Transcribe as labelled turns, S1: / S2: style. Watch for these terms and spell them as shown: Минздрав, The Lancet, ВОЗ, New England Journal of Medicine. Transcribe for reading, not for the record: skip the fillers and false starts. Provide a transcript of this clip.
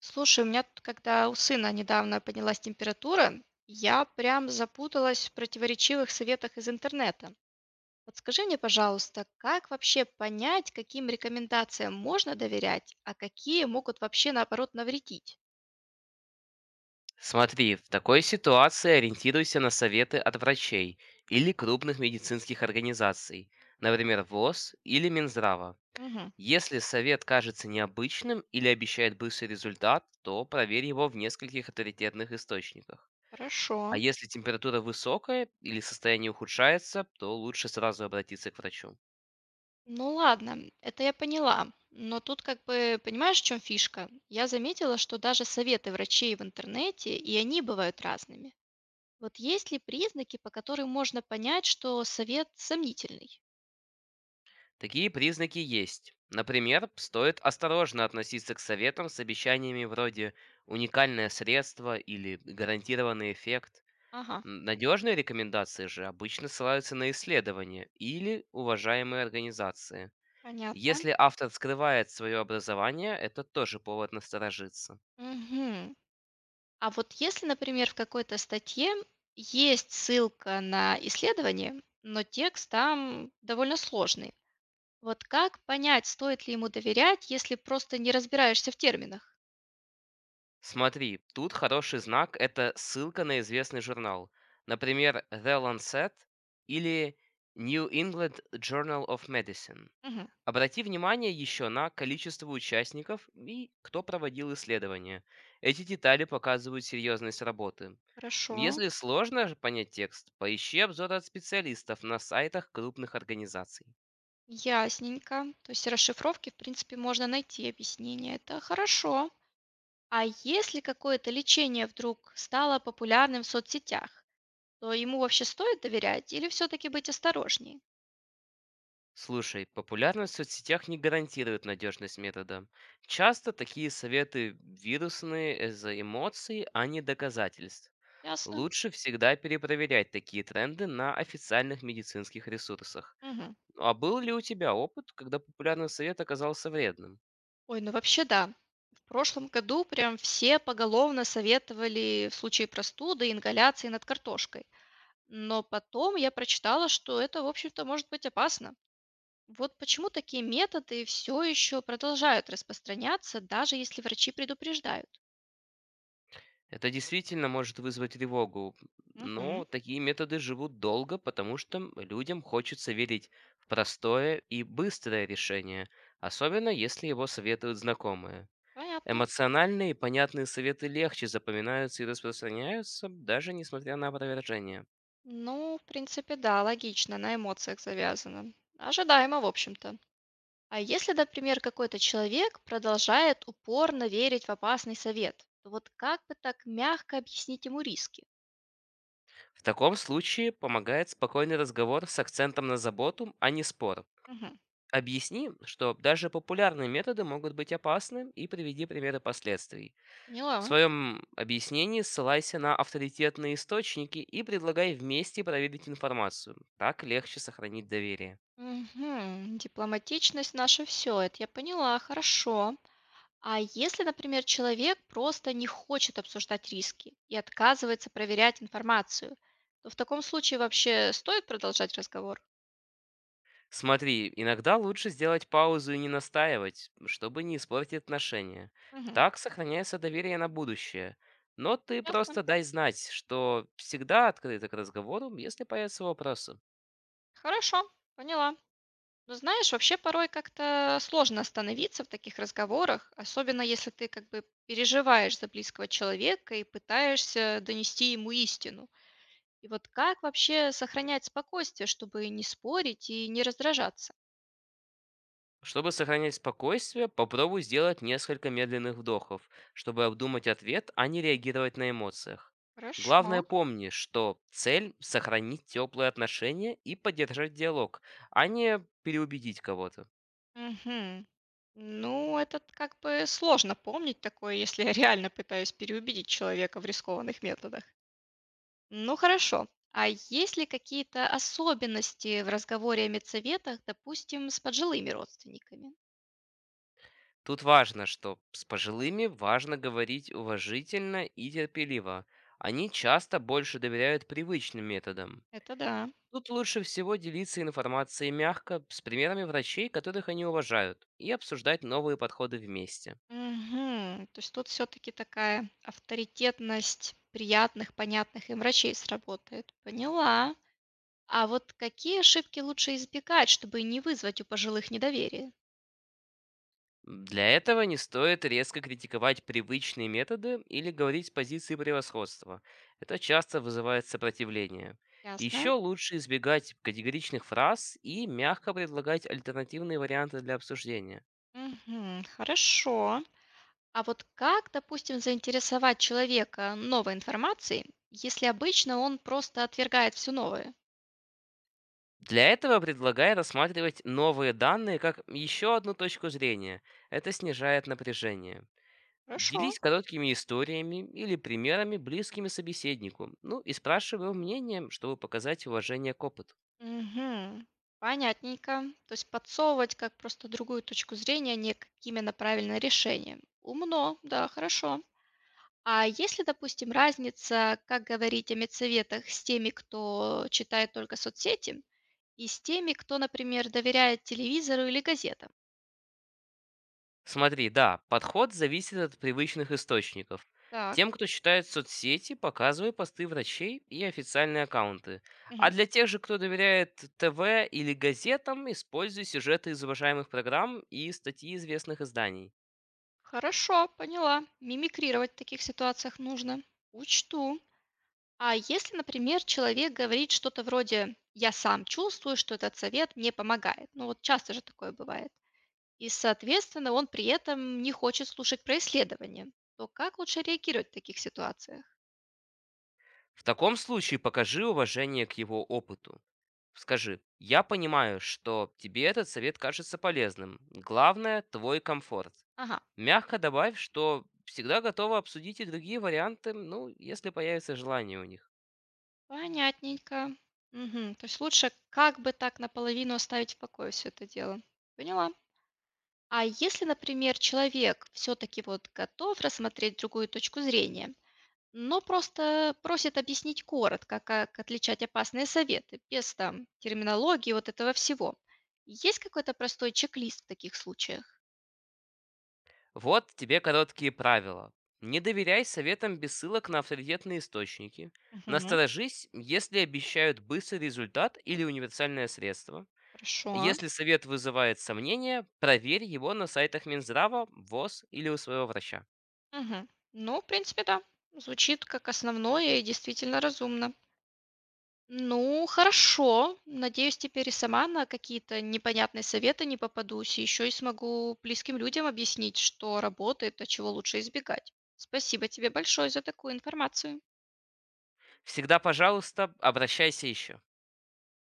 S1: Слушай, у меня тут, когда у сына недавно поднялась температура, я прям запуталась в противоречивых советах из интернета. Подскажи мне, пожалуйста, как вообще понять, каким рекомендациям можно доверять, а какие могут вообще, наоборот, навредить?
S2: Смотри, в такой ситуации ориентируйся на советы от врачей или крупных медицинских организаций, например, ВОЗ или Минздрава.
S1: Мгм.
S2: Если совет кажется необычным или обещает быстрый результат, то проверь его в нескольких авторитетных источниках. А
S1: Хорошо.
S2: если температура высокая или состояние ухудшается, то лучше сразу обратиться к врачу.
S1: Ну ладно, это я поняла. Но тут как бы, понимаешь, в чем фишка? Я заметила, что даже советы врачей в интернете, и они бывают разными. Вот есть ли признаки, по которым можно понять, что совет сомнительный?
S2: Такие признаки есть. Например, стоит осторожно относиться к советам с обещаниями вроде «уникальное средство» или «гарантированный эффект».
S1: Ага,
S2: Надежные рекомендации же обычно ссылаются на исследования или уважаемые организации.
S1: понятно.
S2: Если автор скрывает свое образование, это тоже повод насторожиться.
S1: Мгм. А вот если, например, в какой-то статье есть ссылка на исследование, но текст там довольно сложный. Вот как понять, стоит ли ему доверять, если просто не разбираешься в терминах?
S2: Смотри, тут хороший знак– это ссылка на известный журнал. Например, The Lancet или New England Journal of Medicine.
S1: Мгм.
S2: Обрати внимание еще на количество участников и кто проводил исследование. Эти детали показывают серьезность работы.
S1: Хорошо,
S2: Если сложно понять текст, поищи обзоры от специалистов на сайтах крупных организаций.
S1: ясненько. То есть расшифровки, в принципе, можно найти объяснение. Это хорошо. А если какое-то лечение вдруг стало популярным в соцсетях, то ему вообще стоит доверять или все-таки быть осторожнее?
S2: Слушай, популярность в соцсетях не гарантирует надежность метода. Часто такие советы вирусные из-за эмоций, а не доказательств.
S1: Ясно.
S2: Лучше всегда перепроверять такие тренды на официальных медицинских ресурсах.
S1: Мгм.
S2: А был ли у тебя опыт, когда популярный совет оказался вредным?
S1: Ой, ну вообще да. В прошлом году прям все поголовно советовали в случае простуды ингаляции над картошкой. Но потом я прочитала, что это, в общем-то, может быть опасно. Вот почему такие методы все еще продолжают распространяться, даже если врачи предупреждают.
S2: Это действительно может вызвать тревогу,
S1: Мгм.
S2: но такие методы живут долго, потому что людям хочется верить в простое и быстрое решение, особенно если его советуют знакомые.
S1: Понятно.
S2: Эмоциональные и понятные советы легче запоминаются и распространяются, даже несмотря на опровержение.
S1: Ну, в принципе, да, логично, на эмоциях завязано. Ожидаемо, в общем-то. А если, например, какой-то человек продолжает упорно верить в опасный совет, то вот как бы так мягко объяснить ему риски?
S2: В таком случае помогает спокойный разговор с акцентом на заботу, а не спор.
S1: Мгм.
S2: Объясни, что даже популярные методы могут быть опасны, и приведи примеры последствий. В
S1: Поняла.
S2: своем объяснении ссылайся на авторитетные источники и предлагай вместе проверить информацию. Так легче сохранить доверие.
S1: Мгм. Дипломатичность наше все, это я поняла, хорошо. А если, например, человек просто не хочет обсуждать риски и отказывается проверять информацию, то в таком случае вообще стоит продолжать разговор?
S2: Смотри, иногда лучше сделать паузу и не настаивать, чтобы не испортить отношения.
S1: Мгм.
S2: Так сохраняется доверие на будущее. Но ты
S1: Ясно.
S2: просто дай знать, что всегда открыта к разговору, если появятся вопросы.
S1: Хорошо, поняла. Ну, знаешь, вообще порой как-то сложно остановиться в таких разговорах, особенно если ты как бы переживаешь за близкого человека и пытаешься донести ему истину. И вот как вообще сохранять спокойствие, чтобы не спорить и не раздражаться?
S2: Чтобы сохранять спокойствие, попробуй сделать несколько медленных вдохов, чтобы обдумать ответ, а не реагировать на эмоциях.
S1: Хорошо.
S2: Главное помни, что цель– сохранить теплые отношения и поддержать диалог, а не переубедить кого-то.
S1: Угу. Ну, это как бы сложно помнить такое, если я реально пытаюсь переубедить человека в рискованных методах. Ну хорошо. А есть ли какие-то особенности в разговоре о медсоветах, допустим, с пожилыми родственниками?
S2: Тут важно, что с пожилыми важно говорить уважительно и терпеливо. Они часто больше доверяют привычным методам.
S1: Это да.
S2: Тут лучше всего делиться информацией мягко, с примерами врачей, которых они уважают, и обсуждать новые подходы вместе.
S1: Мгм. То есть тут все-таки такая авторитетность приятных, понятных им врачей сработает. Поняла. А вот какие ошибки лучше избегать, чтобы не вызвать у пожилых недоверие?
S2: Для этого не стоит резко критиковать привычные методы или говорить с позиции превосходства. Это часто вызывает сопротивление.
S1: Ясно.
S2: Еще лучше избегать категоричных фраз и мягко предлагать альтернативные варианты для обсуждения.
S1: Мгм. Хорошо. А вот как, допустим, заинтересовать человека новой информацией, если обычно он просто отвергает все новое?
S2: Для этого предлагай рассматривать новые данные как еще одну точку зрения. Это снижает напряжение.
S1: Хорошо.
S2: Делись короткими историями или примерами, близкими собеседнику, ну и спрашивай его мнение, чтобы показать уважение к опыту.
S1: Мгм. Понятненько. То есть подсовывать как просто другую точку зрения, а не как именно правильное решение. Умно, да, хорошо. А если, допустим, разница, как говорить о медсоветах с теми, кто читает только соцсети, и с теми, кто, например, доверяет телевизору или газетам?
S2: Смотри, да, подход зависит от привычных источников.
S1: Так,
S2: Тем, кто читает соцсети, показывай посты врачей и официальные аккаунты. А
S1: мгм.
S2: для тех же, кто доверяет ТВ или газетам, используй сюжеты из уважаемых программ и статьи известных изданий.
S1: Хорошо, поняла. Мимикрировать в таких ситуациях нужно. Учту. А если, например, человек говорит что-то вроде «я сам чувствую, что этот совет мне помогает», ну вот часто же такое бывает, и, соответственно, он при этом не хочет слушать про исследования, то как лучше реагировать в таких ситуациях?
S2: В таком случае покажи уважение к его опыту. Скажи, я понимаю, что тебе этот совет кажется полезным. Главное– твой комфорт.
S1: Ага,
S2: Мягко добавь, что всегда готова обсудить и другие варианты, ну, если появится желание у них.
S1: понятненько. Мгм, то есть лучше как бы так наполовину оставить в покое все это дело. Поняла. А если, например, человек все-таки вот готов рассмотреть другую точку зрения, но просто просит объяснить коротко, как отличать опасные советы, без там терминологии, вот этого всего. Есть какой-то простой чек-лист в таких случаях?
S2: Вот тебе короткие правила. Не доверяй советам без ссылок на авторитетные источники.
S1: Мгм.
S2: Насторожись, если обещают быстрый результат или универсальное средство.
S1: Хорошо.
S2: Если совет вызывает сомнения, проверь его на сайтах Минздрава, ВОЗ или у своего врача.
S1: Мгм. Ну, в принципе, да. Звучит как основное и действительно разумно. Ну, хорошо. Надеюсь, теперь и сама на какие-то непонятные советы не попадусь, и еще и смогу близким людям объяснить, что работает, а чего лучше избегать. Спасибо тебе большое за такую информацию.
S2: Всегда, пожалуйста, обращайся еще.